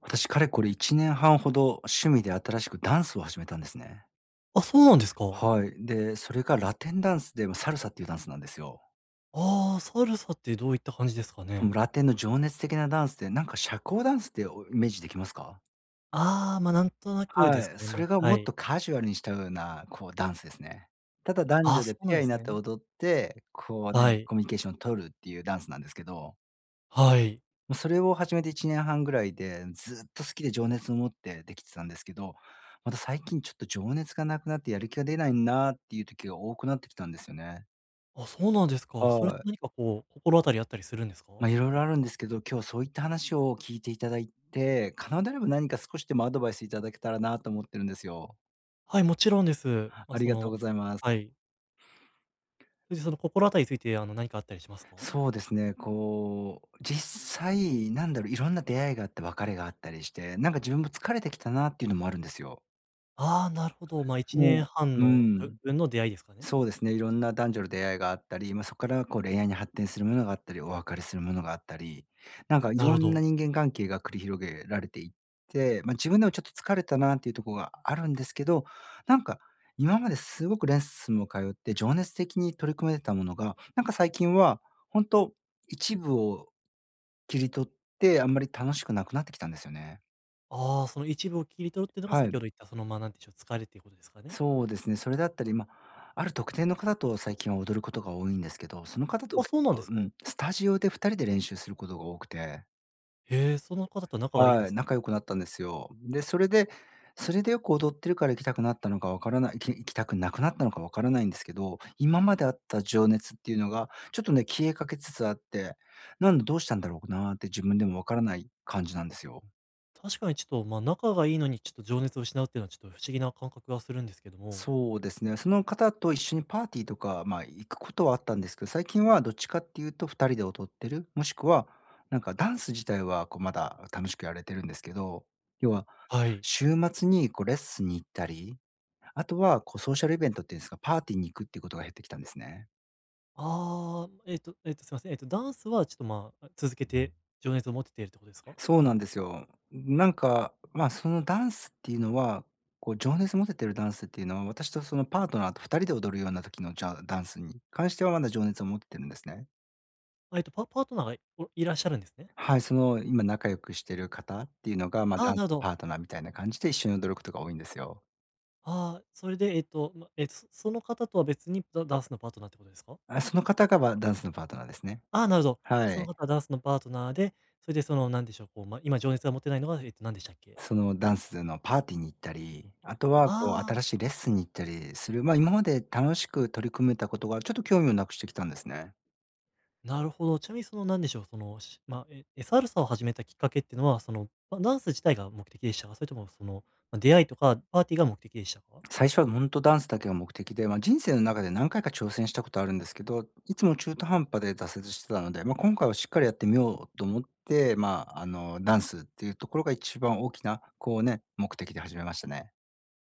私、かれこれ1年半ほど趣味で新しくダンスを始めたんですね。あ、そうなんですか。はい。で、それがラテンダンスで、ま、サルサっていうダンスなんですよ。ああ、サルサってどういった感じですかそね？のラテンの情熱的なダンスで、なんか社交ダンスっておイメージできますか？ああ、なんとなくではすい、かね、それがはもっい。とカジュアルにしたような、こうダンスですね。ただ男ああ、女そでうなんペアでにすなっね。て踊って、こうはね、い。コミュニケーション取るっていうダンスなんですけど。はい。もうそれを始めて1年半ぐらいで、ずっと好きで情熱を持ってできてたんですけど、また最近ちょっと情熱がなくなってやる気が出ないなっていう時が多くなってきたんですよね。あ、そうなんですか。それっはてい。何かこう、心当たりあったりするんですか？まあ、いろいろあるんですけど、今日そういった話を聞いていただいて、可能であれば何か少しでもアドバイスいただけたらなと思ってるんですよ。はい、もちろんです。ありがとうございます。はい。それでその心当たりについて、何かあったりしますか？そうですね、こう、実際、なんだろう、いろんな出会いがあって別れがあったりして、なんか自分も疲れてきたなっていうのもあるんですよ。ああー、なるほど。1年も半ううのぶん。分の出会いですかね？そうですね、いろんな男女の出会いがあったり、まあ、そこからこう恋愛に発展するものがあったり、お別れするものがあったり、なんかいなるろほんど。な人間関係が繰り広げられていって、まあ、自分でもちょっと疲れたなっていうところがあるんですけど、なんか今まですごくレッスンも通って情熱的に取り組めてたものが、なんか最近は本当一部を切り取ってあんまり楽しくなくなってきたんですよね。ああ、その一部を切り取るっていうのがは先ほい。ど言った、なんていうんでしょう、疲れっていうことですかね？そうですね、それだったり、まあ、ある特定の方と最近は踊ることが多いんですけど、その方とあ、結そうなんで構、すうか。ん、スタジオで2人で練習することが多くて、へえ、その方と仲がいいんではすい、か。仲良くなったんですよ。で、それでよく踊ってるから行きたくなったのかわからない、行きたくなくなったのかわからないんですけど、今まであった情熱っていうのが、ちょっとね、消えかけつつあって、なんでどうしたんだろうなーって自分でもわからない感じなんですよ。確かにちょっと、仲がいいのにちょっと情熱を失うっていうのはちょっと不思議な感覚がするんですけども。そうですね。その方と一緒にパーティーとか、まあ、行くことはあったんですけど、最近はどっちかっていうと2人で踊ってる、もしくは、なんかダンス自体はこうまだ楽しくやれてるんですけど、要ははい。週末にこうレッスンに行ったり、あとはこうソーシャルイベントっていうんですか、パーティーに行くっていうことが減ってきたんですね。ああ、すいません。ダンスはちょっと、続けて情熱を持てているってことですか？それそとうなも、んですよ。なんか、まあ、そのダンスっていうのは、こう情熱持ててるダンスっていうのは、私とそのパートナーと2人で踊るような時のじゃダンスに関してはまだ情熱を持っててるんですね。あ、パートナーがいらっしゃるんですね。はい、その、今仲良くしてる方っていうのが、まあ、あダあ、ンなスるほのど。パートナーみたいな感じで一緒に踊ることが多いんですよ。ああ、それで、その方とは別にダンスのパートナーってことですか？あ、その方が、ま、ダンスのパートナーですね。ああ、なるほど。はそのい。方はダンスのパートナーで、それでその、なんでしょう、今情熱が持てないのが、えっと、なんでしたっけ？そのダンスのパーティーに行ったり、あとはこうああ新ー。しいレッスンに行ったりする、まあ、今まで楽しく取り組めたことが、ちょっと興味をなくしてきたんですね。なるほど。ちなみにそのなんでしょう、サルサを始めたきっかけっていうのは、ダンス自体が目的でしたか？それともその、ま、出会いとかパーティーが目的でしたか？最初は本当ダンスだけが目的で、まあ、人生の中で何回か挑戦したことあるんですけど、いつも中途半端で挫折してたので、まあ、今回はしっかりやってみようと思って、まあ、ダンスっていうところが一番大きな、こうね、目的で始めましたね。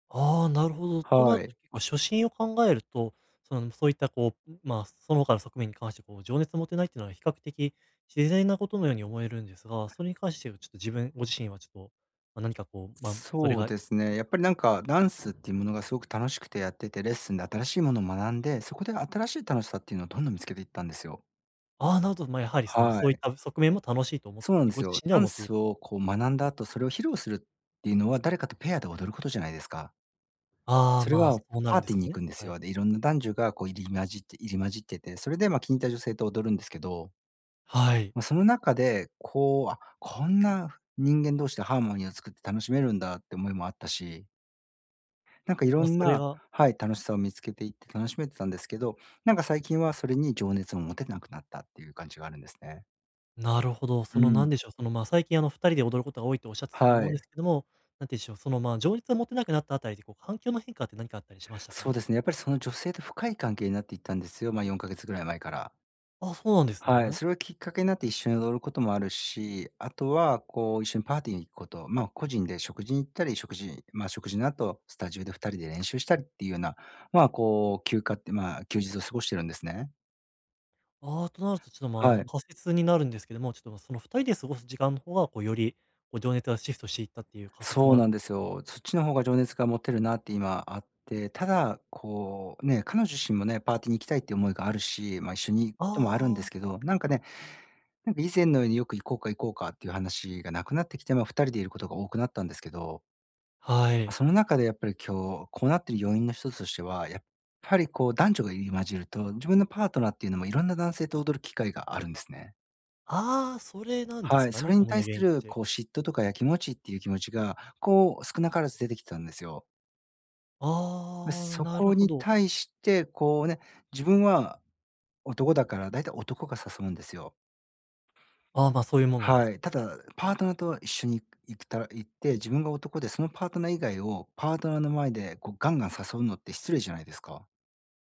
ああ、なるほど。となるはとい。結構初心を考えると、その、そういったこう、その他の側面に関してこう情熱を持てないっていうのは比較的自然なことのように思えるんですが、それに関してはちょっとご自身はちょっと、ま、何かこう、ま、それそうがですね。やっぱりなんかダンスっていうものがすごく楽しくてやってて、レッスンで新しいものを学んで、そこで新しい楽しさっていうのをどんどん見つけていったんですよ。ああ、なるほど、やはりその、はそういっい。た側面も楽しいと思っそうなんてでごす自よ。身ではダ思ンっているスと。をこう学んだ後、それを披露するっていうのは、誰かとペアで踊ることじゃないですか。ああ、それそはうなパるんーでテすィーかにね。行くんですはい。よ。で、いろんな男女がこう入り混じってて、それで、ま、気に入った女性と踊るんですけど、はい。まあ、その中で、こう、あ、こんな人間同士でハーモニーを作って楽しめるんだって思いもあったし、なんかいろまあ、んそれな、がはい、楽しさを見つけていって楽しめてたんですけど、なんか最近はそれに情熱を持てなくなったっていう感じがあるんですね。なるほど。そうの、なんん。でしょう、最近、2人で踊ることが多いとおっしゃってたとは思うんですい。けども、なんて言うんでしょう、情熱を持てなくなったあたりで、こう、環境の変化って何かあったりしましたそうか？ですね、やっぱりその女性と深い関係になっていったんですよ、ま、4ヶ月ぐらい前から。あ、そうなんですはい、ね。それがきっかけになって一緒に踊ることもあるし、あとは、こう、一緒にパーティーに行くこと、まあ、個人で食事に行ったり、食事の後、スタジオで2人で練習したりっていうような、まあ、こう、休暇って、まあ、休日を過ごしてるんですね。ああ、となると、ちょっと、はい。仮説になるんですけども、ちょっと、まその、2人で過ごす時間の方が、こう、より、こう、情熱がシフトしていったっていう仮説そもうあるなんんでですすけど。よ。そっちの方が情熱が持てるなって今あって、ただ、こう、ね、彼女自身もね、パーティーに行きたいっていう思いがあるし、まあ、一緒に行くこともあるんあであ、すけど、なんかね、なんか以前のようによく行こうか行こうかっていう話がなくなってきて、まあ、2人でいることが多くなったんですけど、はい。その中でやっぱり今日、こうなってる要因の一つとしては、やっぱりこう男女が入り混じると、自分のパートナーっていうのもいろんな男性と踊る機会があるんですね。ああ、それなんではすい、かそね、れに主対なす原因としるて。こう嫉妬とかやきもちっていう気持ちが、こう少なからず出てきたんですよ。で、ああ、そなるこほにど。対してこうね、自分は男だから大体男が誘うんですよ。ああ、そういうもんなんではす。い。ただ、パートナーと一緒に行くたら行って、自分が男でそのパートナー以外をパートナーの前でこうガンガン誘うのって失礼じゃないですか。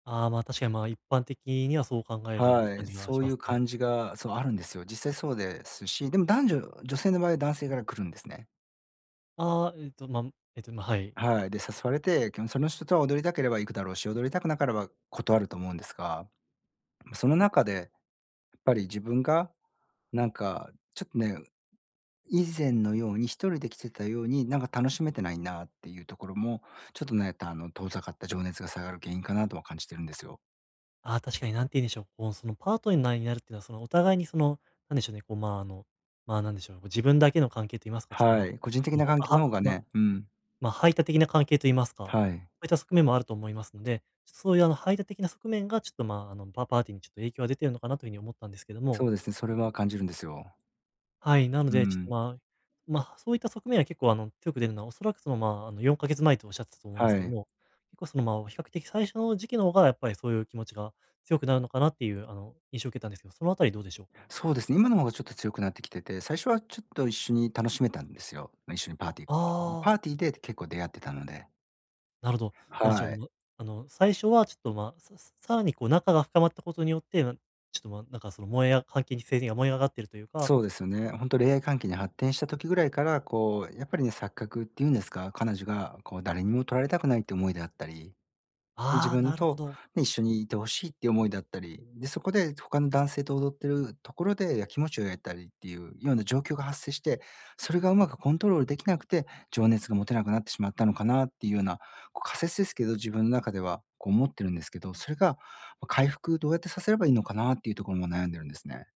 ああ、確かに、一般的にはそう考えるは感い、じがそしうまいうすね。感じが、そう、あるんですよ。実際そうですし、でも女性の場合は男性から来るんですね。ああ、はい。はい、で、誘われて、その人とは踊りたければ行くだろうし、踊りたくなければ断ると思うんですが、まその中でやっぱり自分がなんかちょっとね、以前のように一人で来てたように、なんか楽しめてないなっていうところも、ちょっとね、あの、遠ざかった情熱が下がる原因かなとは感じてるんですよ。ああ、確かに何て言うんでしょう、こう、その、パートナーになるっていうのは、その、お互いに、その、なんでしょうね、なんでしょう、こう自分だけの関係と言いますか、ちょっと、まはあ、い、個人あ的の、な関係はの方がねうん、排他的な関係と言いますか、そはい、ういった側面もあると思いますので、そういう、あの、排他的な側面が、ちょっと、まあ、あの、パーティーにちょっと影響が出てるのかなというふうに思ったんですけども。そうですね、それは感じるんですよ。はい、なのうで、ちょっと、ん。まあ、まあ、そういった側面は結構、強く出るのは、おそらく、4か月前とおっしゃってたと思うんですはけどい。も、結構、比較的最初の時期の方がやっぱりそういう気持ちが強くなるのかなっていう、あの、印象を受けたんですけど、そのあたりどうでしょうか？そうですね、今の方がちょっと強くなってきてて、最初はちょっと一緒に楽しめたんですよ。ま一緒にパーティー行くのも。あパあ、ーティーで結構出会ってたので。なるほど。なんでしょう、はい。もうあの、最初はちょっと、さらに、こう、仲が深まったことによって、ちょっと、燃えや関係が燃え上がってるというか、そうですよね。本当恋愛関係に発展した時ぐらいから、こう、やっぱりね、錯覚っていうんですか、彼女がこう誰にも取られたくないって思いであったり自ああ、分なるほとど。ね一緒にいてほしいっていう思いだったり、で、そこで他の男性と踊ってるところで、やきもちを焼いたりっていうような状況が発生して、それがうまくコントロールできなくて、情熱が持てなくなってしまったのかなっていうような、こう仮説ですけど、自分の中ではこう思ってるんですけど、それが、ま、回復どうやってさせればいいのかなっていうところも悩んでるんですね。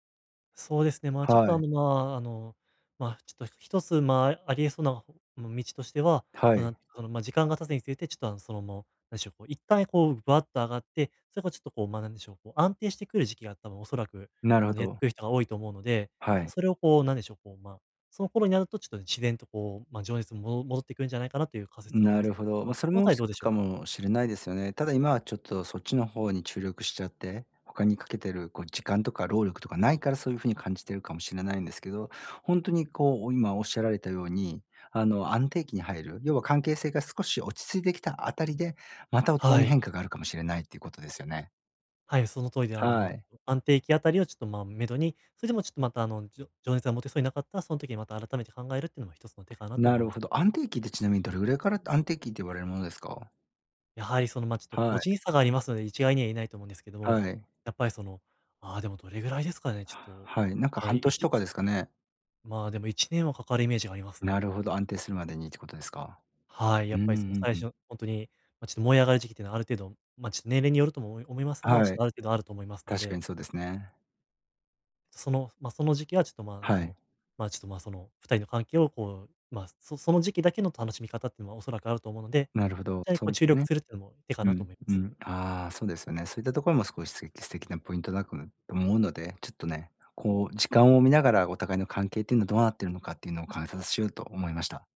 そうですね、はい、あ、あの、ちょっと一つ、ありえそうな、まあ道としては、はその、ない、んていうか、時間が経つにつれて、ちょっと、あの、その、もう、なんでしょう、こう、一旦、こう、バッと上がって、それがちょっと、なんでしょう、こう、安定してくる時期が多分おそらく、なるあほの、やってど、くる人が多いと思うので、はい。それを、こう、なんでしょう、こう、まあ、その頃になると、ちょっと自然と、情熱も戻ってくるんじゃないかなという仮説が思ないつるいたほんですど。まあ、が、そそれのあたもりどう一でつしょうかか？もしれないですよね。ただ今はちょっとそっちの方に注力しちゃって、他にかけてるこう時間とか労力とかないからそういう風に感じてるかもしれないんですけど、本当にこう今おっしゃられたように、あの安定期に入る、要は関係性が少し落ち着いてきたあたりで、またお互いはにい。変化があるかもしれないっていうことですよね。はい、その通りで、はちい。ょっと安定期あたりをちょっと、目処に、それでもちょっとまた、情熱が持てそうになかったら、その時にまた改めて考えるっていうのも一つの手かなと思ないるますほど。ね。安定期ってちなみにどれぐらいから安定期って言われるものですか？やはりその、ちょっとは個い、人差がありますので、一概には言えないと思うんですけどはも、い。やっぱりその、ああ、でもどれぐらいですかね、ちょっと、はい、なんかまあ、半い年とかですかね？まあ、でも1年はかかるイメージがありますなね。るほど、安定するまでにってことですか？はい、うやっんうぱりそのん最う初、ん。本当に、まあ、ちょっと燃え上がる時期っていうのはある程度、ちょっと年齢によるとも思いますが、ちょはっい、とある程度あると思いますの確かで、にそうですね。その、その時期はちょっと、はい、その2人の関係をこう、その時期だけの楽しみ方っていうのはおそらくあると思うので、なるほど。そちらにそこううい注力ね。するっていうのも手かうなとん、思いまうす。ん。ああ、そうですよね。そういったところも少し素敵なポイントだと思うので、ちょっとね、こう時間を見ながらお互いの関係っていうのはどうなってるのかっていうのを観察しようと思いました。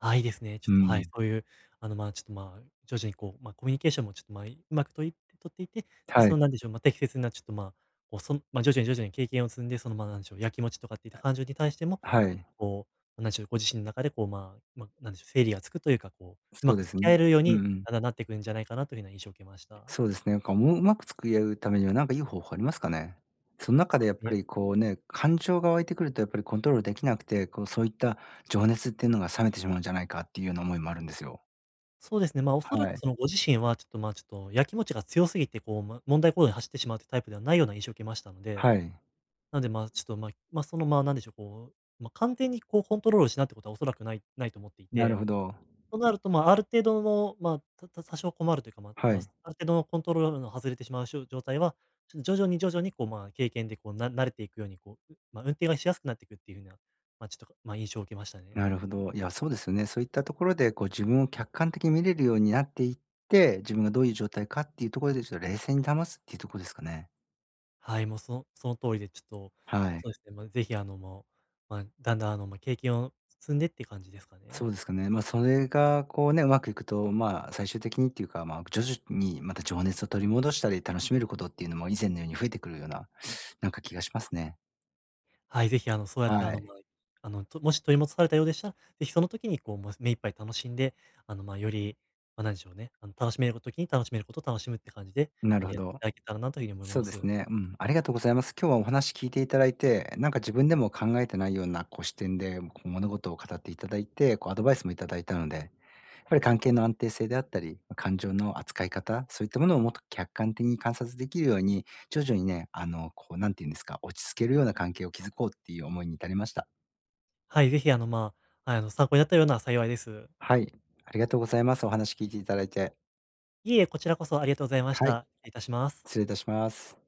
あ、いいですね。ちょっうと、はい、ん。そういう、あの、まあ、ちょっと、まあ、徐々にこう、コミュニケーションもちょっと、うまくといって取っていて、で、はそい、の、なんでしょう、適切な、ちょっと、まあ、こう、そのまあ、徐々に徐々に経験を積んで、その、なんでしょう、やきもちとかっていった感情に対しても、はい、こう、なんでしょう、ご自身の中で、なんでしょう、整理がつくというか、こう、うまそうくです付き合ね。えるよううに、んうん。だんだんなっていくんじゃないかなというような印象を受けました。そうですね。なんかもう、うまく付き合うためには、なんかいい方法ありますかね？その中そでうやでっすぱね。りこうね、感情が湧いてくるとやっぱりコントロールできなくて、こう、そういった情熱っていうのが冷めてしまうんじゃないかっていうような思いもあるんですよ。そうですね、おそらはく、い。その、ご自身は、ちょっと、まあ、ちょっと、やきもちが強すぎて、問題行動に走ってしまうというタイプではないような印象を受けましたので、はい。なので、まあ、ちょっと、まあまあ、その、まあ、なんでしょう、こう、まあ、完全にこうコントロールしないってことはおそらくないと思っていなるて、ほど。となると、ある程度の、た多少困るというか、はい。ある程度のコントロールの外れてしまう状態は、ちょっと徐々に徐々にこう、経験でこう、慣れていくように、まあ、運転がしやすくなっていくっていうふうな、まあ、ちょっと、まあ、印象を受けましたね。なるほど。いや、そうですよね。そういったところで、こう、自分を客観的に見れるようになっていって、自分がどういう状態かっていうところで、ちょっと冷静に保つっていうところですかね。はい、もうその通りで、ちょっと、はい。そうですね、ぜひあの、もう、まあ、だんだんあの、経験を積んでっていう感じですかね。そうですかね。まあ、それがこうね、うまくいくと、まあ、最終的にっていうか、まあ、徐々にまた情熱を取り戻したり、楽しめることっていうのも以前のように増えてくるような、なんか気がしますね。はい、ぜひあの、そうやってあはの、い。もし取り戻されたようでしたら、ぜひその時にこう、目いっぱい楽しんで、あの、まあ、より、まあ、なんでしょうね、あの、楽しめる時に楽しめることを楽しむって感じで、なあるの、ほやっていど。ただけたらなというふうに思いそまうです。すね。うん、ありがとうございます。今日はお話聞いていただいて、なんか自分でも考えてないような、こう、視点で、こう、物事を語っていただいて、こう、アドバイスもいただいたので、やっぱり関係の安定性であったり、感情の扱い方、そういったものをもっと客観的に観察できるように、徐々にね、あの、こう、なんて言うんですか、落ち着けるような関係を築こうっていう思いに至りました。はい、ぜひあの、はい、あの、参考になったような幸いです。はい、ありがとうございます。お話聞いていただいて。いえいえ、こちらこそありがとうございましはい、た。失礼いたします。失礼いたします。